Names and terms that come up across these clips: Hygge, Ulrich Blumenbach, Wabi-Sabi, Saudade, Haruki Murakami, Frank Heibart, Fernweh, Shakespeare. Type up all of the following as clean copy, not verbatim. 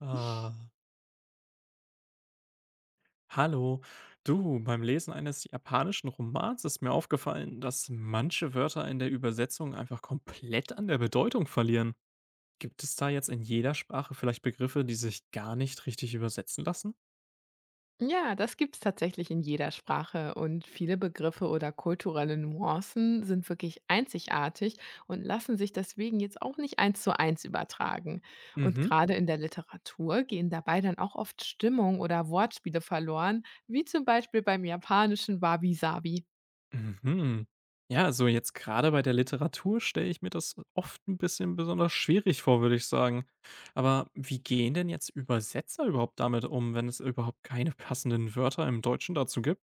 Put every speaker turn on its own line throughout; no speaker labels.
Ah, hallo. Du, beim Lesen eines japanischen Romans ist mir aufgefallen, dass manche Wörter in der Übersetzung einfach komplett an der Bedeutung verlieren. Gibt es da jetzt in jeder Sprache vielleicht Begriffe, die sich gar nicht richtig übersetzen lassen?
Ja, das gibt es tatsächlich in jeder Sprache und viele Begriffe oder kulturelle Nuancen sind wirklich einzigartig und lassen sich deswegen jetzt auch nicht eins zu eins übertragen. Und
Mhm.
gerade in der Literatur gehen dabei dann auch oft Stimmung oder Wortspiele verloren, wie zum Beispiel beim japanischen Wabi-Sabi.
Mhm. Ja, also jetzt gerade bei der Literatur stelle ich mir das oft ein bisschen besonders schwierig vor, würde ich sagen. Aber wie gehen denn jetzt Übersetzer überhaupt damit um, wenn es überhaupt keine passenden Wörter im Deutschen dazu gibt?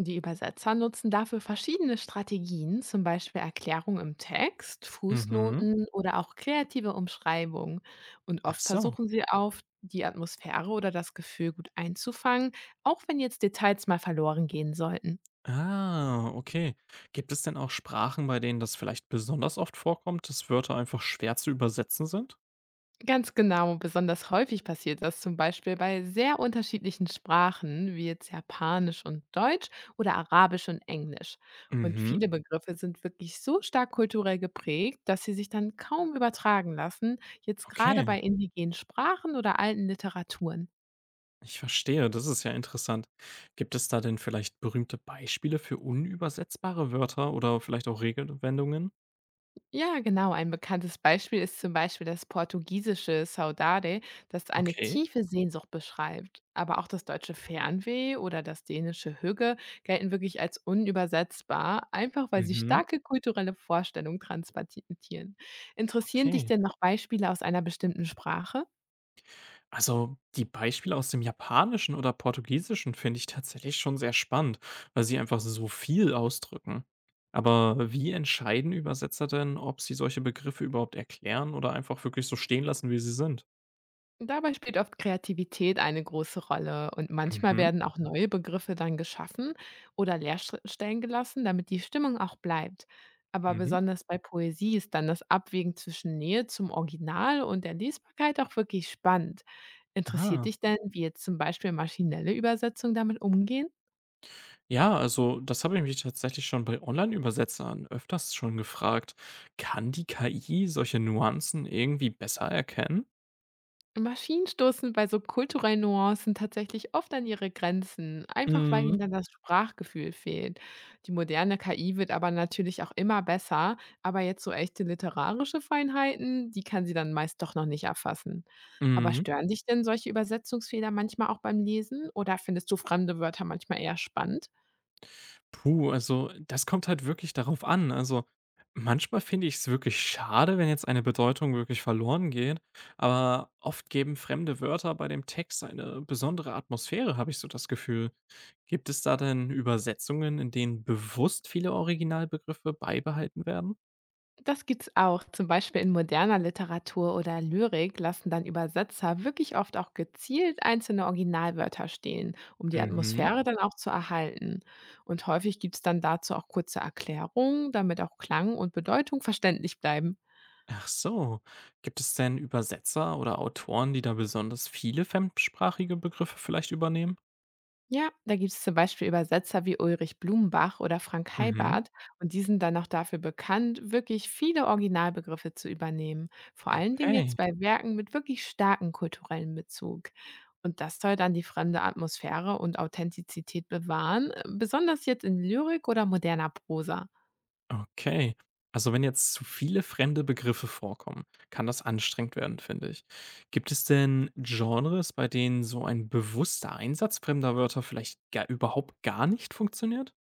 Die Übersetzer nutzen dafür verschiedene Strategien, zum Beispiel Erklärungen im Text,
Mhm.
Fußnoten oder auch kreative Umschreibungen. Und
Ach
oft
so.
versuchen sie auf die Atmosphäre oder das Gefühl gut einzufangen, auch wenn jetzt Details mal verloren gehen sollten.
Ah, okay. Gibt es denn auch Sprachen, bei denen das vielleicht besonders oft vorkommt, dass Wörter einfach schwer zu übersetzen sind?
Ganz genau, besonders häufig passiert das zum Beispiel bei sehr unterschiedlichen Sprachen, wie jetzt Japanisch und Deutsch oder Arabisch und Englisch. Und
Mhm.
viele Begriffe sind wirklich so stark kulturell geprägt, dass sie sich dann kaum übertragen lassen, jetzt gerade
Okay,
bei indigenen Sprachen oder alten Literaturen.
ich verstehe. Das ist ja interessant. Gibt es da denn vielleicht berühmte Beispiele für unübersetzbare Wörter oder vielleicht auch Regelwendungen?
Ja, genau. Ein bekanntes Beispiel ist zum Beispiel das portugiesische Saudade, das eine
Okay.
tiefe Sehnsucht beschreibt. Aber auch das deutsche Fernweh oder das dänische Hügge gelten wirklich als unübersetzbar, einfach weil sie
Mhm.
starke kulturelle Vorstellungen transportieren. Interessieren dich
Okay.
denn noch Beispiele aus einer bestimmten Sprache?
Also die Beispiele aus dem Japanischen oder Portugiesischen finde ich tatsächlich schon sehr spannend, weil sie einfach so viel ausdrücken. Aber wie entscheiden Übersetzer denn, ob sie solche Begriffe überhaupt erklären oder einfach wirklich so stehen lassen, wie sie sind?
Dabei spielt oft Kreativität eine große Rolle und manchmal
Mhm,
werden auch neue Begriffe dann geschaffen oder Leerstellen gelassen, damit die Stimmung auch bleibt. Aber
mhm.
besonders bei Poesie ist dann das Abwägen zwischen Nähe zum Original und der Lesbarkeit auch wirklich spannend. Interessiert
Ah,
dich denn, wie jetzt zum Beispiel maschinelle Übersetzungen damit umgehen?
ja, also das habe ich mich tatsächlich schon bei Online-Übersetzern öfters schon gefragt. Kann die KI solche Nuancen irgendwie besser erkennen?
Maschinen stoßen bei so kulturellen Nuancen tatsächlich oft an ihre Grenzen, einfach weil
Mhm.
ihnen dann das Sprachgefühl fehlt. Die moderne KI wird aber natürlich auch immer besser, aber jetzt so echte literarische Feinheiten, die kann sie dann meist doch noch nicht erfassen. Aber
Mhm.
stören dich denn solche Übersetzungsfehler manchmal auch beim Lesen oder findest du fremde Wörter manchmal eher spannend?
Puh, also das kommt halt wirklich darauf an. Also manchmal finde ich es wirklich schade, wenn jetzt eine Bedeutung wirklich verloren geht, aber oft geben fremde Wörter bei dem Text eine besondere Atmosphäre, habe ich so das Gefühl. Gibt es da denn Übersetzungen, in denen bewusst viele Originalbegriffe beibehalten werden?
Das gibt's auch. Zum Beispiel in moderner Literatur oder Lyrik lassen dann Übersetzer wirklich oft auch gezielt einzelne Originalwörter stehen, um die
Mhm.
Atmosphäre dann auch zu erhalten. Und häufig gibt's dann dazu auch kurze Erklärungen, damit auch Klang und Bedeutung verständlich bleiben.
Ach so. Gibt es denn Übersetzer oder Autoren, die da besonders viele fremdsprachige Begriffe vielleicht übernehmen?
Ja, da gibt es zum Beispiel Übersetzer wie Ulrich Blumenbach oder Frank
Mhm.
Heibart und die sind dann auch dafür bekannt, wirklich viele Originalbegriffe zu übernehmen. Vor allen Dingen
Okay.
jetzt bei Werken mit wirklich starkem kulturellen Bezug. Und das soll dann die fremde Atmosphäre und Authentizität bewahren, besonders jetzt in Lyrik oder moderner Prosa.
Okay. Also wenn jetzt zu viele fremde Begriffe vorkommen, kann das anstrengend werden, finde ich. Gibt es denn Genres, bei denen so ein bewusster Einsatz fremder Wörter vielleicht überhaupt gar nicht funktioniert?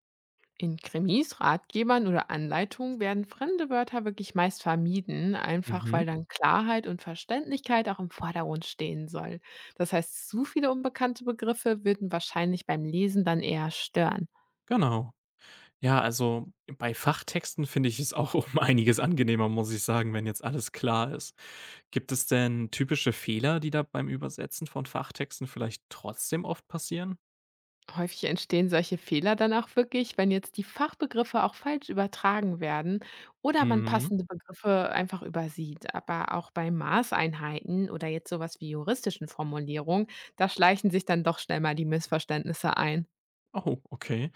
In Krimis, Ratgebern oder Anleitungen werden fremde Wörter wirklich meist vermieden, einfach
Mhm.
weil dann Klarheit und Verständlichkeit auch im Vordergrund stehen soll. Das heißt, zu viele unbekannte Begriffe würden wahrscheinlich beim Lesen dann eher stören.
Genau. Ja, also bei Fachtexten finde ich es auch um einiges angenehmer, muss ich sagen, wenn jetzt alles klar ist. Gibt es denn typische Fehler, die da beim Übersetzen von Fachtexten vielleicht trotzdem oft passieren?
Häufig entstehen solche Fehler dann auch wirklich, wenn jetzt die Fachbegriffe auch falsch übertragen werden oder man passende Begriffe einfach übersieht. Aber auch bei Maßeinheiten oder jetzt sowas wie juristischen Formulierungen, da schleichen sich dann doch schnell mal die Missverständnisse ein.
Oh, okay.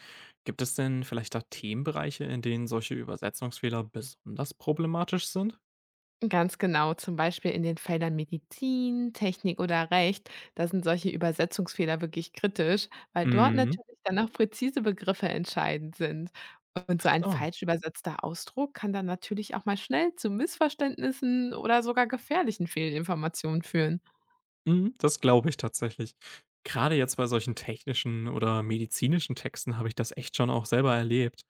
Gibt es denn vielleicht da Themenbereiche, in denen solche Übersetzungsfehler besonders problematisch sind?
Ganz genau, zum Beispiel in den Feldern Medizin, Technik oder Recht, da sind solche Übersetzungsfehler wirklich kritisch, weil dort
Mhm.
natürlich dann auch präzise Begriffe entscheidend sind. Und
Ach
so ein
so.
falsch übersetzter Ausdruck kann dann natürlich auch mal schnell zu Missverständnissen oder sogar gefährlichen Fehlinformationen führen.
Mhm, das glaube ich tatsächlich. Gerade jetzt bei solchen technischen oder medizinischen Texten habe ich das echt schon auch selber erlebt.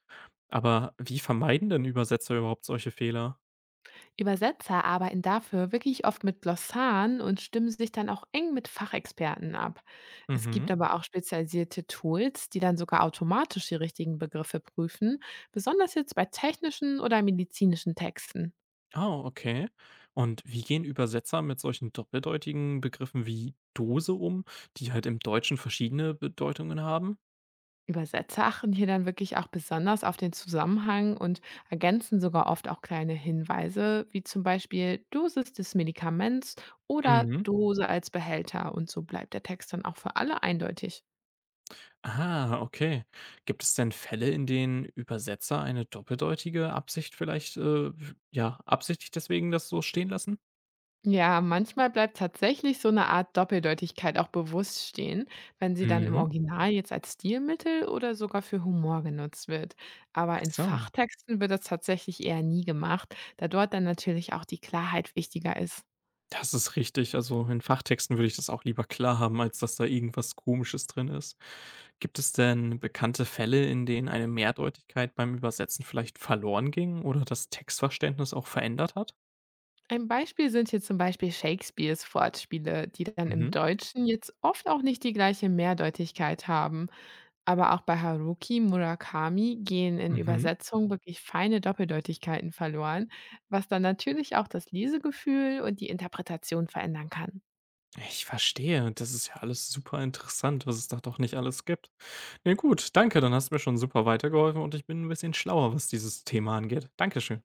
Aber wie vermeiden denn Übersetzer überhaupt solche Fehler?
Übersetzer arbeiten dafür wirklich oft mit Glossaren und stimmen sich dann auch eng mit Fachexperten ab. Es
Mhm.
gibt aber auch spezialisierte Tools, die dann sogar automatisch die richtigen Begriffe prüfen, besonders jetzt bei technischen oder medizinischen Texten.
Oh, okay. Und wie gehen Übersetzer mit solchen doppeldeutigen Begriffen wie Dose um, die halt im Deutschen verschiedene Bedeutungen haben?
Übersetzer achten hier dann wirklich auch besonders auf den Zusammenhang und ergänzen sogar oft auch kleine Hinweise, wie zum Beispiel Dosis des Medikaments oder
Mhm.
Dose als Behälter. Und so bleibt der Text dann auch für alle eindeutig.
Ah, okay. Gibt es denn Fälle, in denen Übersetzer eine doppeldeutige Absicht vielleicht, ja, absichtlich deswegen das so stehen lassen?
Ja, manchmal bleibt tatsächlich so eine Art Doppeldeutigkeit auch bewusst stehen, wenn sie dann im
Mhm.
Original jetzt als Stilmittel oder sogar für Humor genutzt wird.
Ach
Aber in
so.
Fachtexten wird das tatsächlich eher nie gemacht, da dort dann natürlich auch die Klarheit wichtiger ist.
Das ist richtig. Also in Fachtexten würde ich das auch lieber klar haben, als dass da irgendwas Komisches drin ist. Gibt es denn bekannte Fälle, in denen eine Mehrdeutigkeit beim Übersetzen vielleicht verloren ging oder das Textverständnis auch verändert hat?
Ein Beispiel sind hier zum Beispiel Shakespeares Wortspiele, die dann im
Mhm.
Deutschen jetzt oft auch nicht die gleiche Mehrdeutigkeit haben. Aber auch bei Haruki Murakami gehen in
Mhm.
Übersetzung wirklich feine Doppeldeutigkeiten verloren, was dann natürlich auch das Lesegefühl und die Interpretation verändern kann.
Ich verstehe. Das ist ja alles super interessant, was es da doch nicht alles gibt. Na gut, danke, dann hast du mir schon super weitergeholfen und ich bin ein bisschen schlauer, was dieses Thema angeht. Dankeschön.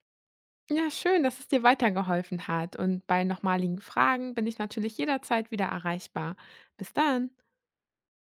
Ja, schön, dass es dir weitergeholfen hat. Und bei nochmaligen Fragen bin ich natürlich jederzeit wieder erreichbar. Bis dann.